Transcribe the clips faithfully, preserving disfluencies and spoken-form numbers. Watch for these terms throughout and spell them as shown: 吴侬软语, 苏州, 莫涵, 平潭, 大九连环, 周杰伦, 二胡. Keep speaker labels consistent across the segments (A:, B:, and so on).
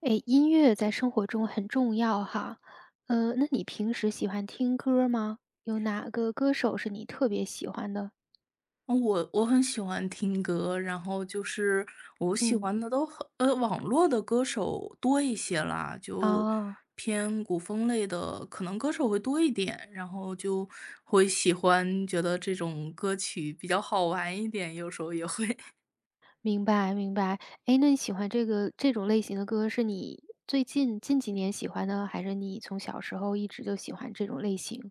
A: 诶，音乐在生活中很重要哈。呃，那你平时喜欢听歌儿吗？有哪个歌手是你特别喜欢的？
B: 我我很喜欢听歌，然后就是我喜
A: 嗯。
B: 欢的都很呃，网络的歌手多一些啦，就
A: 哦，
B: 偏古风类的，可能歌手会多一点，然后就会喜欢，觉得这种歌曲比较好玩一点，有时候也会
A: 明白明白。诶，那你喜欢这个这种类型的歌是你最近近几年喜欢的，还是你从小时候一直就喜欢这种类型？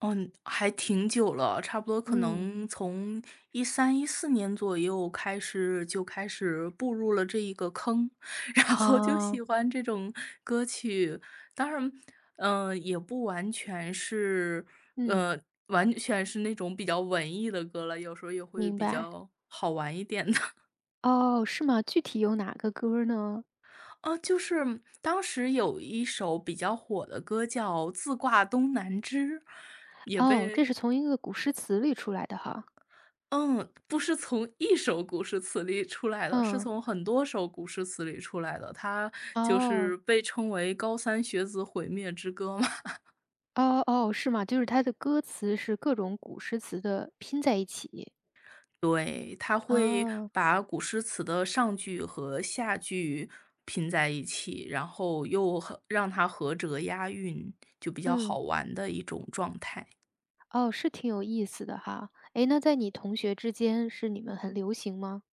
B: 嗯，还挺久了，差不多可
A: 嗯。
B: 能从一三一四年左右开始就开始步入了这一个坑，然后就喜
A: 哦，
B: 欢这种歌曲。当然，嗯，也不完全是
A: 嗯，
B: 呃，完全是那种比较文艺的歌了，有时候也会
A: 明
B: 比
A: 白。
B: 较好玩一点的。
A: 哦，是吗？具体有哪个歌儿呢？
B: 哦，就是当时有一首比较火的歌叫《自挂东南枝》，也
A: 哦，这
B: 被
A: 是从一个古诗词里出来的哈。
B: 嗯，不是从一首古诗词里出来的，是
A: 嗯，
B: 从很多首古诗词里出来的，它就
A: 哦。
B: 是被称为“高三学子毁灭之歌”嘛。
A: 哦哦，是吗？就是它的歌词是各种古诗词的拼在一起。
B: 对，他会
A: 哦，
B: 把古诗词的上句和下句拼在一起，然后又和让它合辙押韵，就比较
A: 嗯，
B: 好玩的一种状态。
A: 哦，是挺有意思的哈。诶，那在你同学之间是你们很流行吗？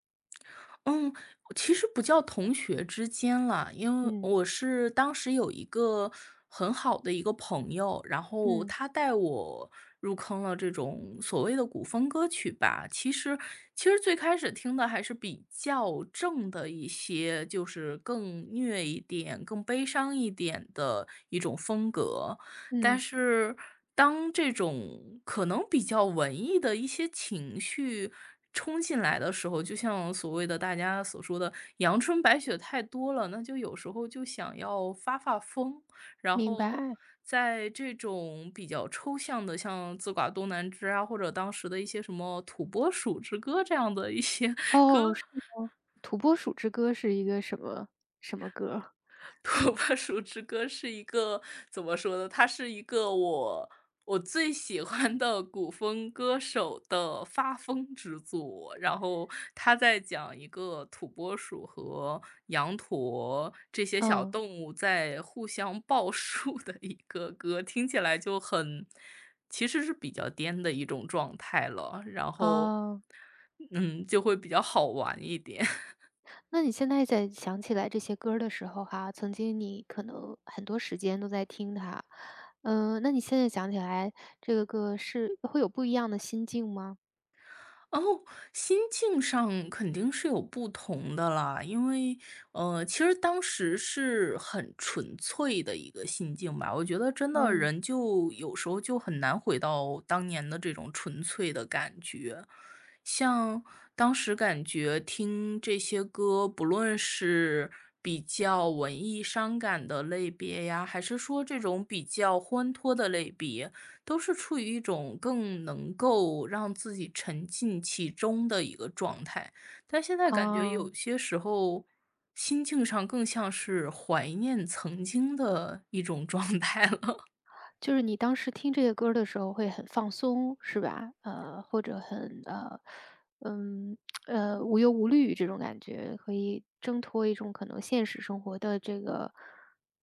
B: 嗯，其实不叫同学之间啦，因为
A: 嗯，
B: 我是当时有一个很好的一个朋友，然后
A: 嗯，
B: 他带我入坑了这种所谓的古风歌曲吧。其实，其实最开始听的还是比较正的一些，就是更虐一点、更悲伤一点的一种风格。但
A: 嗯，
B: 是当这种可能比较文艺的一些情绪冲进来的时候，就像所谓的大家所说的“阳春白雪”太多了，那就有时候就想要发发疯，然
A: 明
B: 后。
A: 白。
B: 在这种比较抽象的，像《自挂东南枝》啊，或者当时的一些什么《土拨鼠之歌》这样的一些
A: 哦，
B: 歌
A: 是吗？《土拨鼠之歌》是一个什么什么歌儿？
B: 土拨鼠之 歌》是一个怎么说呢？它是一个我我最喜欢的古风歌手的发疯之作。然后他在讲一个土拨鼠和羊驼这些小
A: 嗯，
B: 动物在互相报数的一个歌，听起来就很其实是比较颠的一种状态了。然后，
A: 哦。
B: 嗯，就会比较好玩一点。
A: 那你现在在想起来这些歌儿的时候哈，曾经你可能很多时间都在听它，嗯，那你现在想起来这个歌是会有不一样的心境吗？
B: 哦，心境上肯定是有不同的啦，因为，呃，其实当时是很纯粹的一个心境吧。我觉得真的
A: 嗯，
B: 人就有时候就很难回到当年的这种纯粹的感觉。像当时感觉听这些歌，不论是比较文艺伤感的类别呀，还是说这种比较欢脱的类别，都是处于一种更能够让自己沉浸其中的一个状态。但现在感觉
A: 哦。
B: 有些时候，心境上更像是怀念曾经的一种状态了。
A: 就是你当时听这个歌儿的时候会很放松，是吧？呃，或者很呃，嗯，呃，无忧无虑这种感觉，可以挣脱一种可能现实生活的这个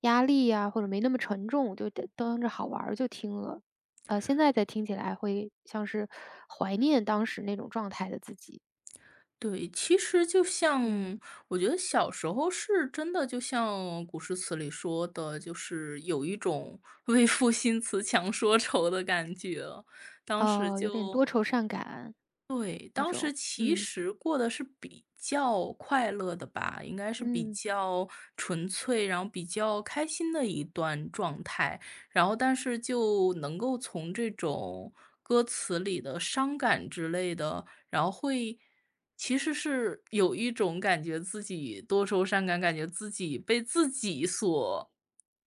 A: 压力呀、或者没那么沉重，就当当着好玩儿就听了。呃，现在再听起来会像是怀念当时那种状态的自己，
B: 对，其实就像
A: 嗯，
B: 我觉得小时候是真的，就像古诗词里说的，就是有一种 “为赋新词强说愁”的感觉。当时
A: 哦，有点
B: 就
A: 多愁善感
B: 对，
A: 那
B: 当时
A: 种，
B: 其
A: 嗯
B: 实过的是比较快乐的吧，应该是比
A: 嗯
B: 较纯粹，然后比较开心的一段状态。然后，但是就能够从这种歌词里的伤感之类的，然后会其实是有一种感觉自己多愁善感，感觉自己被自己所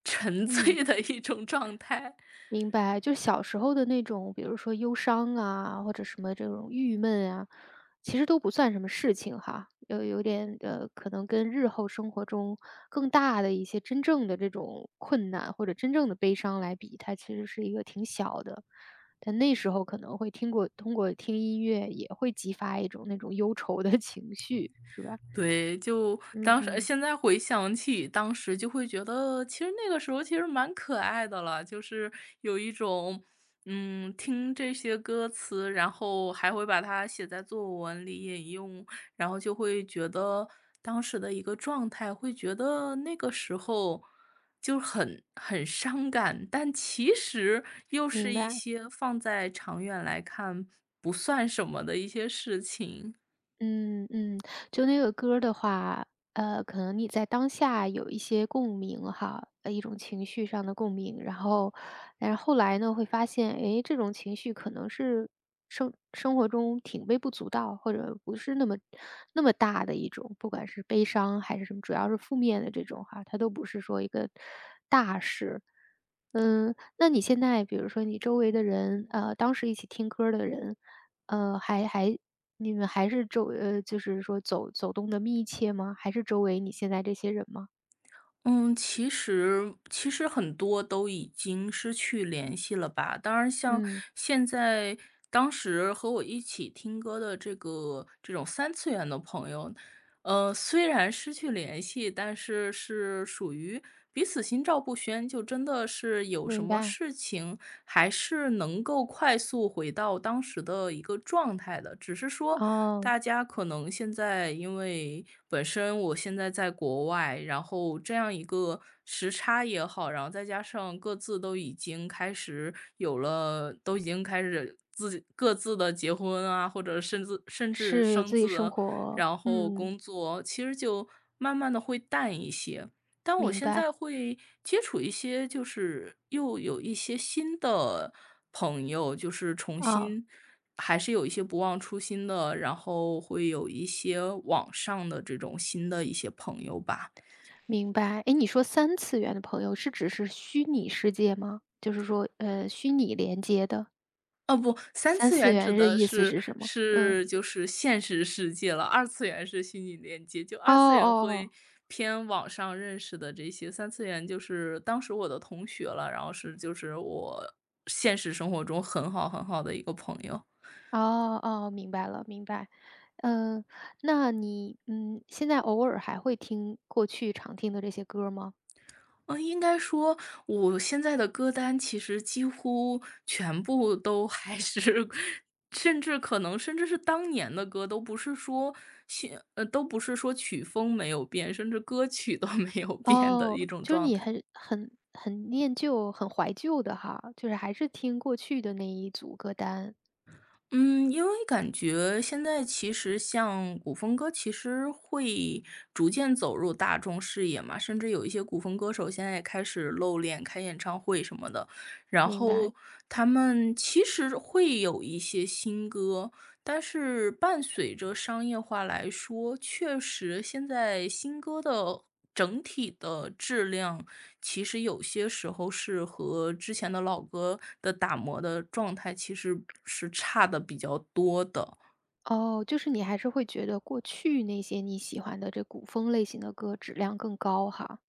B: 沉
A: 嗯。
B: 醉的一种状态。
A: 明白，就是小时候的那种，比如说忧伤啊，或者什么这种郁闷啊，其实都不算什么事情哈，有有点呃，可能跟日后生活中更大的一些真正的这种困难或者真正的悲伤来比，它其实是一个挺小的。但那时候可能会听过通过听音乐也会激发一种那种忧愁的 情绪，是吧？
B: 对，就
A: 嗯
B: 当时呃
A: 嗯，
B: 现在回想起当时就会觉得，其实那个时候其实蛮可爱的了，就是有一种，嗯，听这些歌词，然后还会把它写在作文里引用，然后就会觉得当时的一个状态，会觉得那个时候就很很伤感，但其实又
A: 明
B: 是一
A: 白。
B: 些放在长远来看不算什么的一些事情。
A: 嗯嗯，就那个歌儿的话，呃，可能你在当下有一些共鸣哈，呃，一种情绪上的共鸣，然后，但是后来呢，会发现，诶，这种情绪可能是生生活中挺微不足道，或者不是那么那么大的一种，不管是悲伤还是什么，主要是负面的这种哈，它都不是说一个大事。嗯，那你现在比如说你周围的人，呃，当时一起听歌儿的人。呃，还还你们还是周呃，就是说走走动的密切吗？还是周围你现在这些人吗？
B: 嗯，其实其实很多都已经失去联系了吧。当然，像
A: 嗯，
B: 现在当时和我一起听歌的这个这种三次元的朋友，呃，虽然失去联系，但是是属于彼此心照不宣，就真的是有什
A: 明
B: 么
A: 白，
B: 事情还是能够快速回到当时的一个状态的。只是说
A: 哦，
B: 大家可能现在因为本身我现在在国外，然后这样一个时差也好，然后再加上各自都已经开始有了，都已经开始。自己各自的结婚啊，或者甚至甚至
A: 是有
B: 生
A: 自己
B: 子
A: 生
B: 啊
A: 活，
B: 然后
A: 嗯，
B: 工作其实就慢慢的会淡一些。但我
A: 明
B: 现
A: 白，
B: 在会接触一些就是又有一些新的朋友，就是重
A: 哦，
B: 新还是有一些不忘初心的，然后会有一些网上的这种新的一些朋友吧。
A: 明白。诶，你说三次元的朋友是指是虚拟世界吗？就是说，呃，虚拟连接的，
B: 哦不，三
A: 三
B: 次
A: 次
B: 元指
A: 元的
B: 的
A: 意思
B: 是
A: 是什么？嗯，
B: 是就是现实世界了，二次元是虚拟连接，就
A: 哦
B: 二次元
A: 哦
B: 会
A: 哦。
B: 偏网上认识的这些，三次元就是当时我的同学了，然后是就是我现实生活中很好很好的一个朋友。
A: 哦哦，明白了明白。嗯，那你，嗯，现在偶尔还会听过去常听的这些歌儿吗？
B: 嗯，应该说我现在的歌单其实几乎全部都还是 甚至可能甚至是当年的歌，都不是说现呃，都不是说曲风没有变，甚至歌曲都没有变的一
A: 哦，
B: 种
A: 就是
B: 状
A: 你
B: 态。
A: 很很很念旧、很怀旧的哈，就是还是听过去的那一组歌单，
B: 嗯，因为感觉现在其实像古风歌，其实会逐渐走入大众视野嘛，甚至有一些古风歌手现在也开始露脸、开演唱会什么的，然
A: 明白。
B: 后他们其实会有一些新歌，但是伴随着商业化来说，确实现在新歌的整体的质量，其实有些时候是和之前的老歌的打磨的状态其实是差的比较多的。
A: 哦，就是你还是会觉得过去那些你喜欢的这古风类型的歌质量更高哈。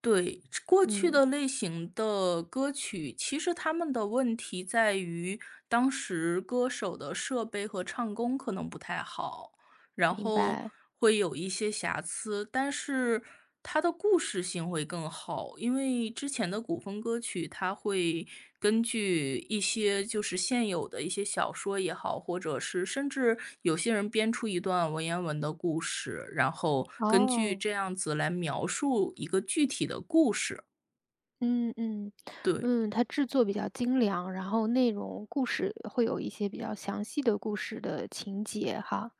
B: 对，过去
A: 嗯，
B: 的类型的歌曲，其实他们的问题在于当时歌手的设备和唱功可能不太好。然
A: 明
B: 后
A: 白，
B: 会有一些瑕疵，但是它的故事性会更好。因为之前的古风歌曲，它会根据一些就是现有的一些小说也好，或者是甚至有些人编出一段文言文的故事，然后根据
A: 哦。
B: 这样子来描述一个具体的故事。
A: 嗯嗯，
B: 对，
A: 嗯，它制作比较精良，然后内容故事会有一些比较详细的故事的情节哈。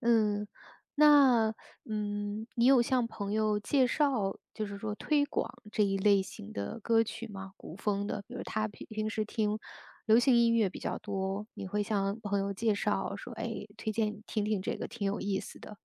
A: 嗯，那嗯，你有向朋友介绍，就是说推广这一类型的歌曲吗？古风的，比如他平平时听流行音乐比较多，你会向朋友介绍说，哎，推荐你听听这个，挺有意思的。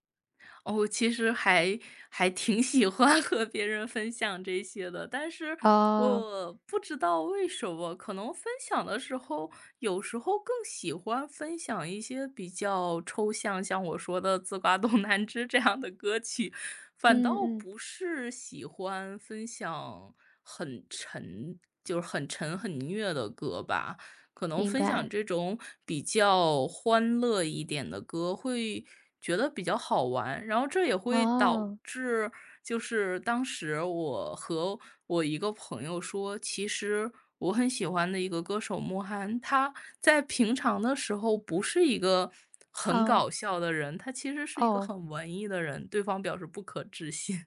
B: 哦，其实还还挺喜欢 和别人分享这些的，但是
A: 哦，
B: 我不知道为什么，可能分享的时候，有时候更喜欢分享一些比较抽象，像我说的《自挂东南枝》这样的歌曲，反
A: 嗯
B: 倒
A: 嗯，
B: 不是喜欢分享很沉，就是很沉很虐的歌吧。可能
A: 明
B: 分享
A: 白。
B: 这种比较欢乐一点的歌，会觉得比较好玩。然后这也会导
A: 哦，
B: 致，就是当时我和我一个朋友说，其实我很喜欢的一个歌手莫涵，他在平常的时候不是一个很
A: 哦，
B: 搞笑的人，他其实是一个
A: 哦。
B: 很文艺的人。对方表示不可置信。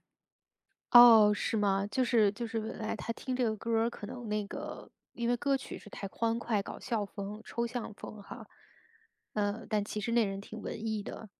A: 哦，是吗？就是就是本来他听这个歌儿可能那个因为歌曲是太欢快、搞笑风、抽象风哈，呃，但其实那人挺文艺的，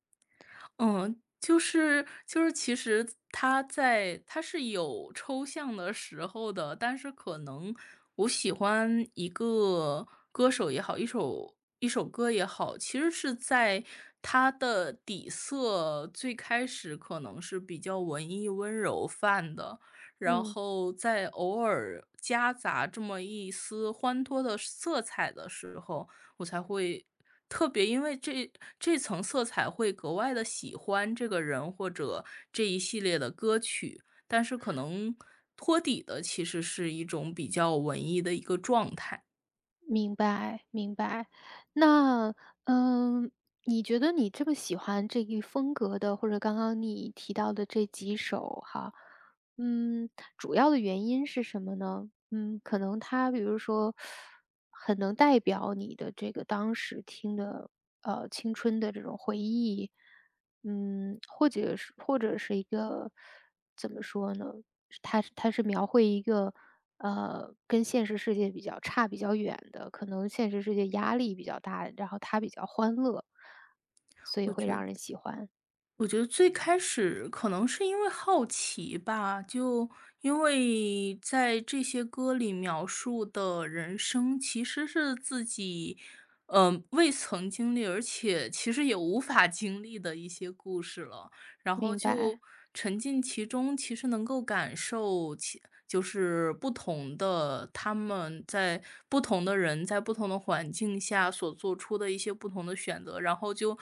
B: 嗯，就是就是其实他在他是有抽象的时候的，但是可能我喜欢一个歌手也好，一首一首歌也好，其实是在他的底色最开始可能是比较文艺温柔范的，然
A: 嗯。
B: 后在偶尔夹杂这么一丝欢脱的色彩的时候，我才会特别因为这这层色彩会格外的喜欢这个人或者这一系列的歌曲。但是可能托底的其实是一种比较文艺的一个状态。
A: 明白，明白。那，嗯，你觉得你这么喜欢这一风格的，或者刚刚你提到的这几首哈，嗯，主要的原因是什么呢？嗯，可能它比如说很能代表你的这个当时听的，呃，青春的这种回忆，嗯，或者是或者是一个怎么说呢？它它是描绘一个，呃，跟现实世界比较差比较远的，可能现实世界压力比较大，然后它比较欢乐，所以
B: 我
A: 会
B: 觉得
A: 让人喜欢。
B: 我觉得最开始可能是因为好奇吧，就因为在这些歌里描述的人生其实是自己，嗯，未曾经历，而且其实也无法经历的一些故事了。然后
A: 明
B: 就
A: 白。
B: 沉浸其中，其实能够感受其就是不同的他们在不同的人在不同的环境下所做出的一些不同的选择，然后就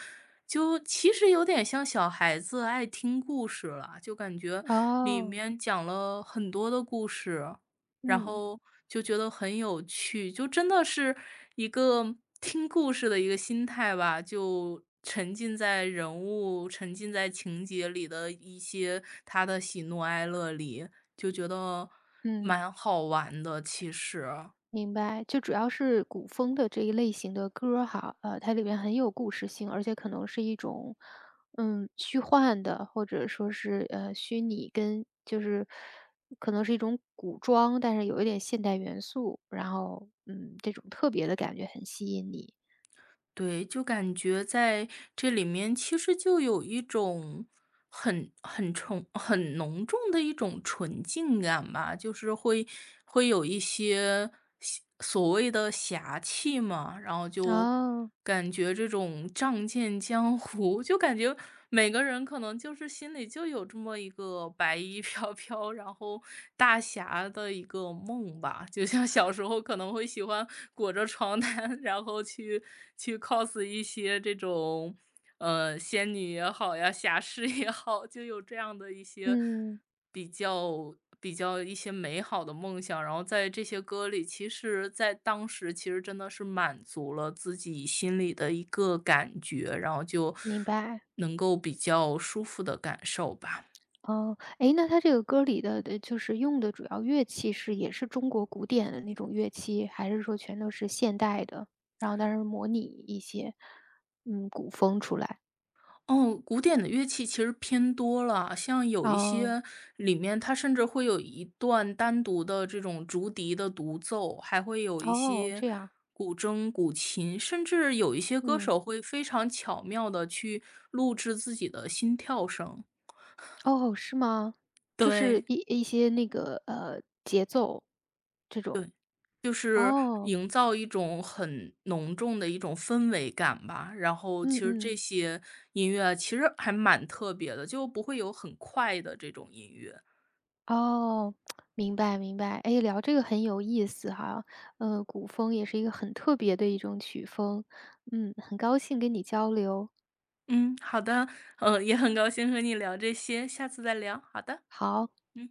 B: 就其实有点像小孩子爱听故事了，就感觉里
A: 哦，
B: 面讲了很多的故事。然
A: 嗯。
B: 后就觉得很有趣，就真的是一个听故事的一个心态吧，就沉浸在人物、沉浸在情节里的一些他的喜怒哀乐里，就觉得
A: 嗯。
B: 蛮好玩的，其实。
A: 明白，就主要是古风的这一类型的歌儿哈，呃，它里边很有故事性，而且可能是一种，嗯，虚幻的，或者说是呃虚拟跟就是可能是一种古装，但是有一点现代元素，然后嗯，这种特别的感觉很吸引你。
B: 对，就感觉在这里面其实就有一种很很重很浓重的一种纯净感吧，就是会会有一些邪所谓的侠气嘛，然后就
A: 哦，
B: 感觉这种仗剑江湖，就感觉每个人可能就是心里就有这么一个白衣飘飘，然后大侠的一个梦吧。就像小时候可能会喜欢裹着床单，然后去去 cos 一些这种，呃，仙女也好呀，侠士也好，就有这样的一些
A: 嗯，
B: 比较比较一些美好的梦想，然后在这些歌里，其实在当时其实真的是满足了自己心里的一个感觉，然后就
A: 明白。
B: 能够比较舒服的感受吧。
A: 哦，诶，那它这个歌里的的就是用的主要乐器是也是中国古典的那种乐器，还是说全都是现代的？然后但是模拟一些，嗯，古风出来。
B: 哦，古典的乐器其实偏多了，像有一
A: 哦，
B: 些里面它甚至会有一段单独的这种竹笛的独奏，还会有一
A: 哦，
B: 些
A: 这样，
B: 古筝、古琴，甚至有一些歌
A: 嗯，
B: 手会非常巧妙的去录制自己的心跳声。
A: 哦，是吗？就
B: 对，
A: 是一一些那个，呃，节奏这种，
B: 对，就是
A: 哦，
B: 营造一种很浓重的一种氛围感吧。然后
A: 嗯
B: 其实这
A: 嗯。
B: 些音乐啊其实还蛮特别的，就不会有很快的这种音乐。
A: 哦，明白明白。哎，聊这个很有意思哈。呃，古风也是一个很特别的一种曲风。嗯，很高兴跟你交流。
B: 嗯，好的，嗯，也很高兴和你聊这些，下次再聊，好的，
A: 好。
B: 嗯。